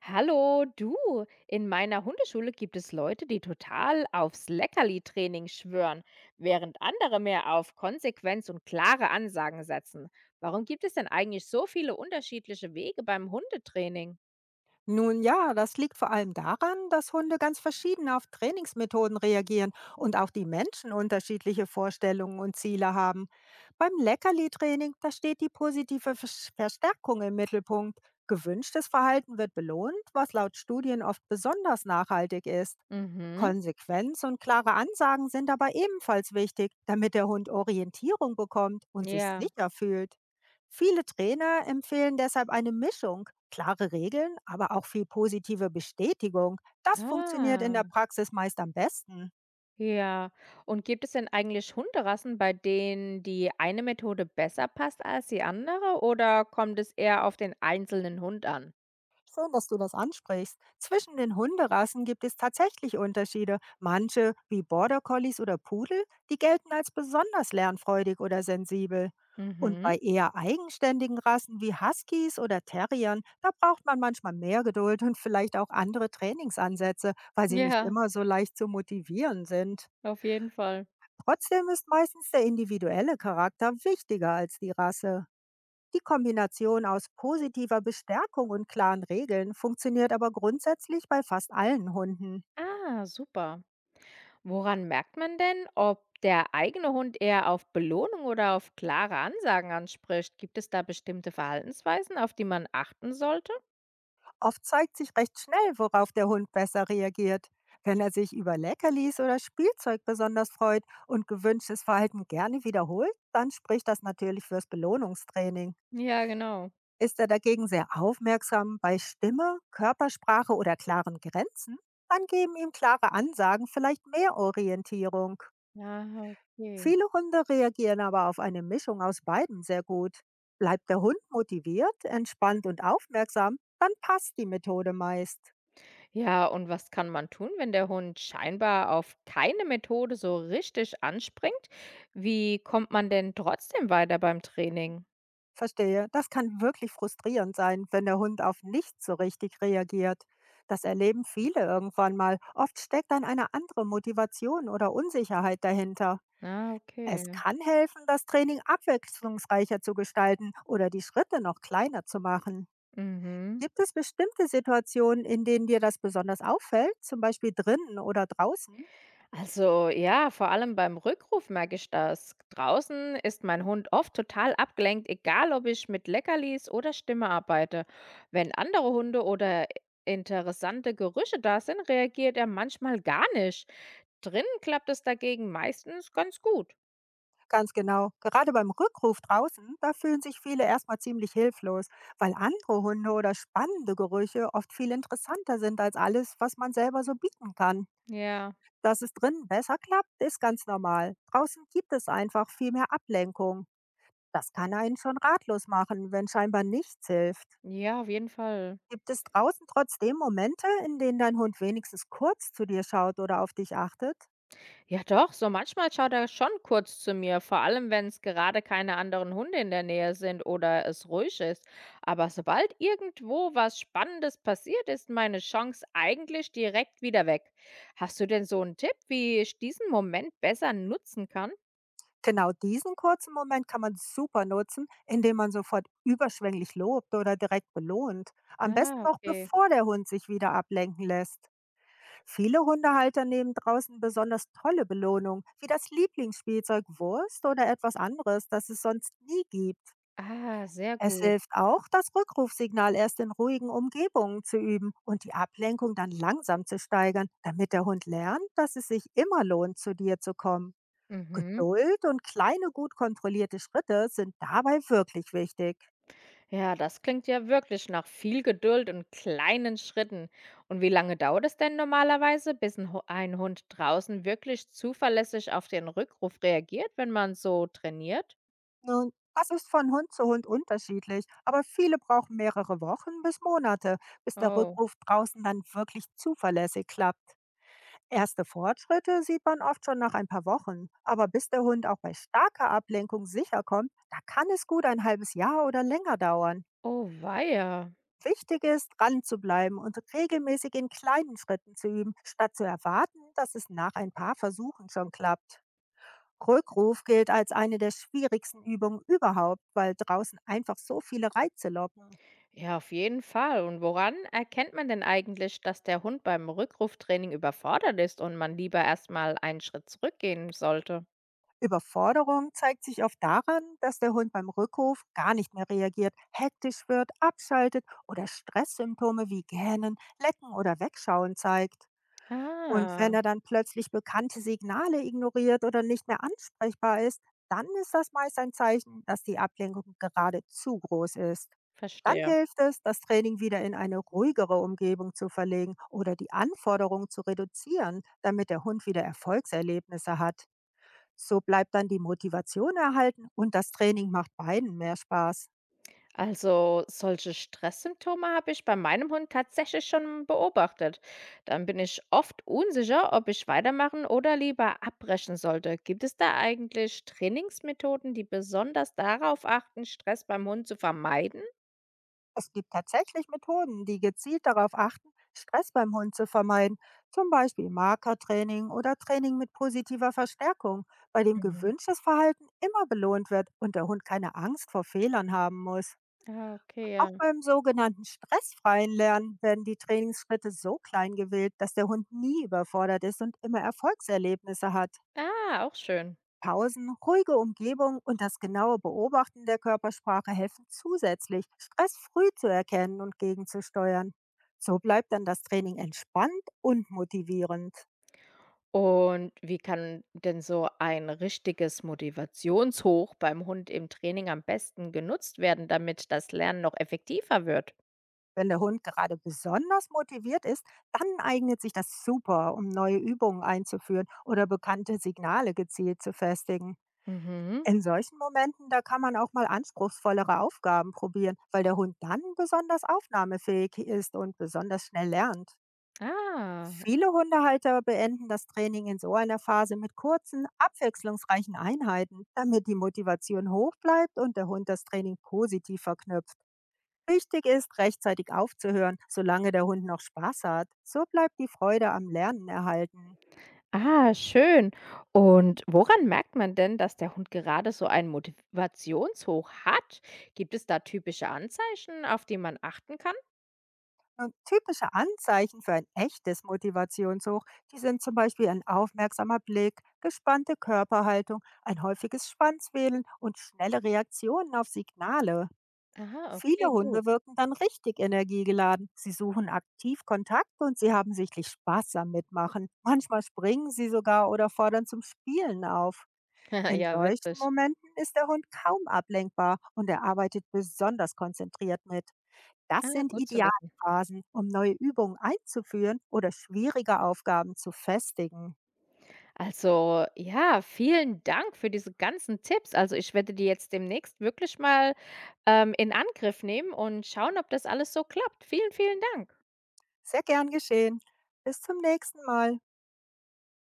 Hallo, du. In meiner Hundeschule gibt es Leute, die total aufs Leckerli-Training schwören, während andere mehr auf Konsequenz und klare Ansagen setzen. Warum gibt es denn eigentlich so viele unterschiedliche Wege beim Hundetraining? Nun ja, das liegt vor allem daran, dass Hunde ganz verschieden auf Trainingsmethoden reagieren und auch die Menschen unterschiedliche Vorstellungen und Ziele haben. Beim Leckerli-Training, da steht die positive Verstärkung im Mittelpunkt. Gewünschtes Verhalten wird belohnt, was laut Studien oft besonders nachhaltig ist. Mhm. Konsequenz und klare Ansagen sind aber ebenfalls wichtig, damit der Hund Orientierung bekommt und sich Ja. sicher fühlt. Viele Trainer empfehlen deshalb eine Mischung. Klare Regeln, aber auch viel positive Bestätigung. Das funktioniert in Ah, der Praxis meist am besten. ja. Und gibt es denn eigentlich Hunderassen, bei denen die eine Methode besser passt als die andere, oder kommt es eher auf den einzelnen Hund an? Schön, dass du das ansprichst. Zwischen den Hunderassen gibt es tatsächlich Unterschiede. Manche, wie Border Collies oder Pudel, die gelten als besonders lernfreudig oder sensibel. Und Mhm. bei eher eigenständigen Rassen wie Huskies oder Terriern, da braucht man manchmal mehr Geduld und vielleicht auch andere Trainingsansätze, weil sie nicht Ja, immer so leicht zu motivieren sind. auf jeden Fall. Trotzdem ist meistens der individuelle Charakter wichtiger als die Rasse. Die Kombination aus positiver Bestärkung und klaren Regeln funktioniert aber grundsätzlich bei fast allen Hunden. Ah, super. Woran merkt man denn, ob der eigene Hund eher auf Belohnung oder auf klare Ansagen anspricht? Gibt es da bestimmte Verhaltensweisen, auf die man achten sollte? Oft zeigt sich recht schnell, worauf der Hund besser reagiert. Wenn er sich über Leckerlis oder Spielzeug besonders freut und gewünschtes Verhalten gerne wiederholt, dann spricht das natürlich fürs Belohnungstraining. Ja, genau. Ist er dagegen sehr aufmerksam bei Stimme, Körpersprache oder klaren Grenzen, dann geben ihm klare Ansagen vielleicht mehr Orientierung. Ah, okay. Viele Hunde reagieren aber auf eine Mischung aus beiden sehr gut. Bleibt der Hund motiviert, entspannt und aufmerksam, dann passt die Methode meist. Ja, und was kann man tun, wenn der Hund scheinbar auf keine Methode so richtig anspringt? Wie kommt man denn trotzdem weiter beim Training? Verstehe, das kann wirklich frustrierend sein, wenn der Hund auf nichts so richtig reagiert. Das erleben viele irgendwann mal. Oft steckt dann eine andere Motivation oder Unsicherheit dahinter. Ah, Es okay. kann helfen, das Training abwechslungsreicher zu gestalten oder die Schritte noch kleiner zu machen. Mhm. Gibt es bestimmte Situationen, in denen dir das besonders auffällt, zum Beispiel drinnen oder draußen? Also ja, vor allem beim Rückruf merke ich das. Draußen ist mein Hund oft total abgelenkt, egal ob ich mit Leckerlis oder Stimme arbeite. Wenn andere Hunde oder interessante Gerüche da sind, reagiert er manchmal gar nicht. Drinnen klappt es dagegen meistens ganz gut. Ganz genau, gerade beim Rückruf draußen, da fühlen sich viele erstmal ziemlich hilflos, weil andere Hunde oder spannende Gerüche oft viel interessanter sind als alles, was man selber so bieten kann. Ja, Dass es drinnen besser klappt, ist ganz normal. Draußen gibt es einfach viel mehr Ablenkung. Das kann einen schon ratlos machen, wenn scheinbar nichts hilft. ja, auf jeden Fall. Gibt es draußen trotzdem Momente, in denen dein Hund wenigstens kurz zu dir schaut oder auf dich achtet? Ja doch, so manchmal schaut er schon kurz zu mir, vor allem wenn es gerade keine anderen Hunde in der Nähe sind oder es ruhig ist. Aber sobald irgendwo was Spannendes passiert, ist meine Chance eigentlich direkt wieder weg. Hast du denn so einen Tipp, wie ich diesen Moment besser nutzen kann? Genau diesen kurzen Moment kann man super nutzen, indem man sofort überschwänglich lobt oder direkt belohnt. Am besten Ah, noch okay. bevor der Hund sich wieder ablenken lässt. Viele Hundehalter nehmen draußen besonders tolle Belohnungen, wie das Lieblingsspielzeug Wurst oder etwas anderes, das es sonst nie gibt. Ah, sehr Es gut. hilft auch, das Rückrufsignal erst in ruhigen Umgebungen zu üben und die Ablenkung dann langsam zu steigern, damit der Hund lernt, dass es sich immer lohnt, zu dir zu kommen. Mhm. Geduld und kleine, gut kontrollierte Schritte sind dabei wirklich wichtig. Ja, das klingt ja wirklich nach viel Geduld und kleinen Schritten. Und wie lange dauert es denn normalerweise, bis ein Hund draußen wirklich zuverlässig auf den Rückruf reagiert, wenn man so trainiert? Nun, das ist von Hund zu Hund unterschiedlich, aber viele brauchen mehrere Wochen bis Monate, bis der Oh, Rückruf draußen dann wirklich zuverlässig klappt. Erste Fortschritte sieht man oft schon nach ein paar Wochen, aber bis der Hund auch bei starker Ablenkung sicher kommt, da kann es gut ein halbes Jahr oder länger dauern. oh weia. Wichtig ist, dran zu bleiben und regelmäßig in kleinen Schritten zu üben, statt zu erwarten, dass es nach ein paar Versuchen schon klappt. Rückruf gilt als eine der schwierigsten Übungen überhaupt, weil draußen einfach so viele Reize locken. Ja, auf jeden Fall. Und woran erkennt man denn eigentlich, dass der Hund beim Rückruftraining überfordert ist und man lieber erstmal einen Schritt zurückgehen sollte? Überforderung zeigt sich oft daran, dass der Hund beim Rückruf gar nicht mehr reagiert, hektisch wird, abschaltet oder Stresssymptome wie Gähnen, Lecken oder Wegschauen zeigt. Und Ah, wenn er dann plötzlich bekannte Signale ignoriert oder nicht mehr ansprechbar ist, dann ist das meist ein Zeichen, dass die Ablenkung gerade zu groß ist. Dann verstehe. hilft es, das Training wieder in eine ruhigere Umgebung zu verlegen oder die Anforderungen zu reduzieren, damit der Hund wieder Erfolgserlebnisse hat. So bleibt dann die Motivation erhalten und das Training macht beiden mehr Spaß. Also, solche Stresssymptome habe ich bei meinem Hund tatsächlich schon beobachtet. Dann bin ich oft unsicher, ob ich weitermachen oder lieber abbrechen sollte. Gibt es da eigentlich Trainingsmethoden, die besonders darauf achten, Stress beim Hund zu vermeiden? Es gibt tatsächlich Methoden, die gezielt darauf achten, Stress beim Hund zu vermeiden, zum Beispiel Markertraining oder Training mit positiver Verstärkung, bei dem Mhm. gewünschtes Verhalten immer belohnt wird und der Hund keine Angst vor Fehlern haben muss. Ah, okay, Auch ja. beim sogenannten stressfreien Lernen werden die Trainingsschritte so klein gewählt, dass der Hund nie überfordert ist und immer Erfolgserlebnisse hat. Ah, auch schön. Pausen, ruhige Umgebung und das genaue Beobachten der Körpersprache helfen zusätzlich, Stress früh zu erkennen und gegenzusteuern. So bleibt dann das Training entspannt und motivierend. Und wie kann denn so ein richtiges Motivationshoch beim Hund im Training am besten genutzt werden, damit das Lernen noch effektiver wird? Wenn der Hund gerade besonders motiviert ist, dann eignet sich das super, um neue Übungen einzuführen oder bekannte Signale gezielt zu festigen. Mhm. In solchen Momenten, da kann man auch mal anspruchsvollere Aufgaben probieren, weil der Hund dann besonders aufnahmefähig ist und besonders schnell lernt. Ah. Viele Hundehalter beenden das Training in so einer Phase mit kurzen, abwechslungsreichen Einheiten, damit die Motivation hoch bleibt und der Hund das Training positiv verknüpft. Wichtig ist, rechtzeitig aufzuhören, solange der Hund noch Spaß hat. So bleibt die Freude am Lernen erhalten. Ah, schön. Und woran merkt man denn, dass der Hund gerade so einen Motivationshoch hat? Gibt es da typische Anzeichen, auf die man achten kann? Und typische Anzeichen für ein echtes Motivationshoch, die sind zum Beispiel ein aufmerksamer Blick, gespannte Körperhaltung, ein häufiges Schwanzwählen und schnelle Reaktionen auf Signale. Aha, Viele okay, gut. Hunde wirken dann richtig energiegeladen. Sie suchen aktiv Kontakt und sie haben sichtlich Spaß am Mitmachen. Manchmal springen sie sogar oder fordern zum Spielen auf. In Ja, solchen witzig. Momenten ist der Hund kaum ablenkbar und er arbeitet besonders konzentriert mit. Das Ah, sind gut zu ideale wissen. Phasen, um neue Übungen einzuführen oder schwierige Aufgaben zu festigen. Also, ja, vielen Dank für diese ganzen Tipps. Also, ich werde die jetzt demnächst wirklich mal in Angriff nehmen und schauen, ob das alles so klappt. Vielen, vielen Dank. Sehr gern geschehen. Bis zum nächsten Mal.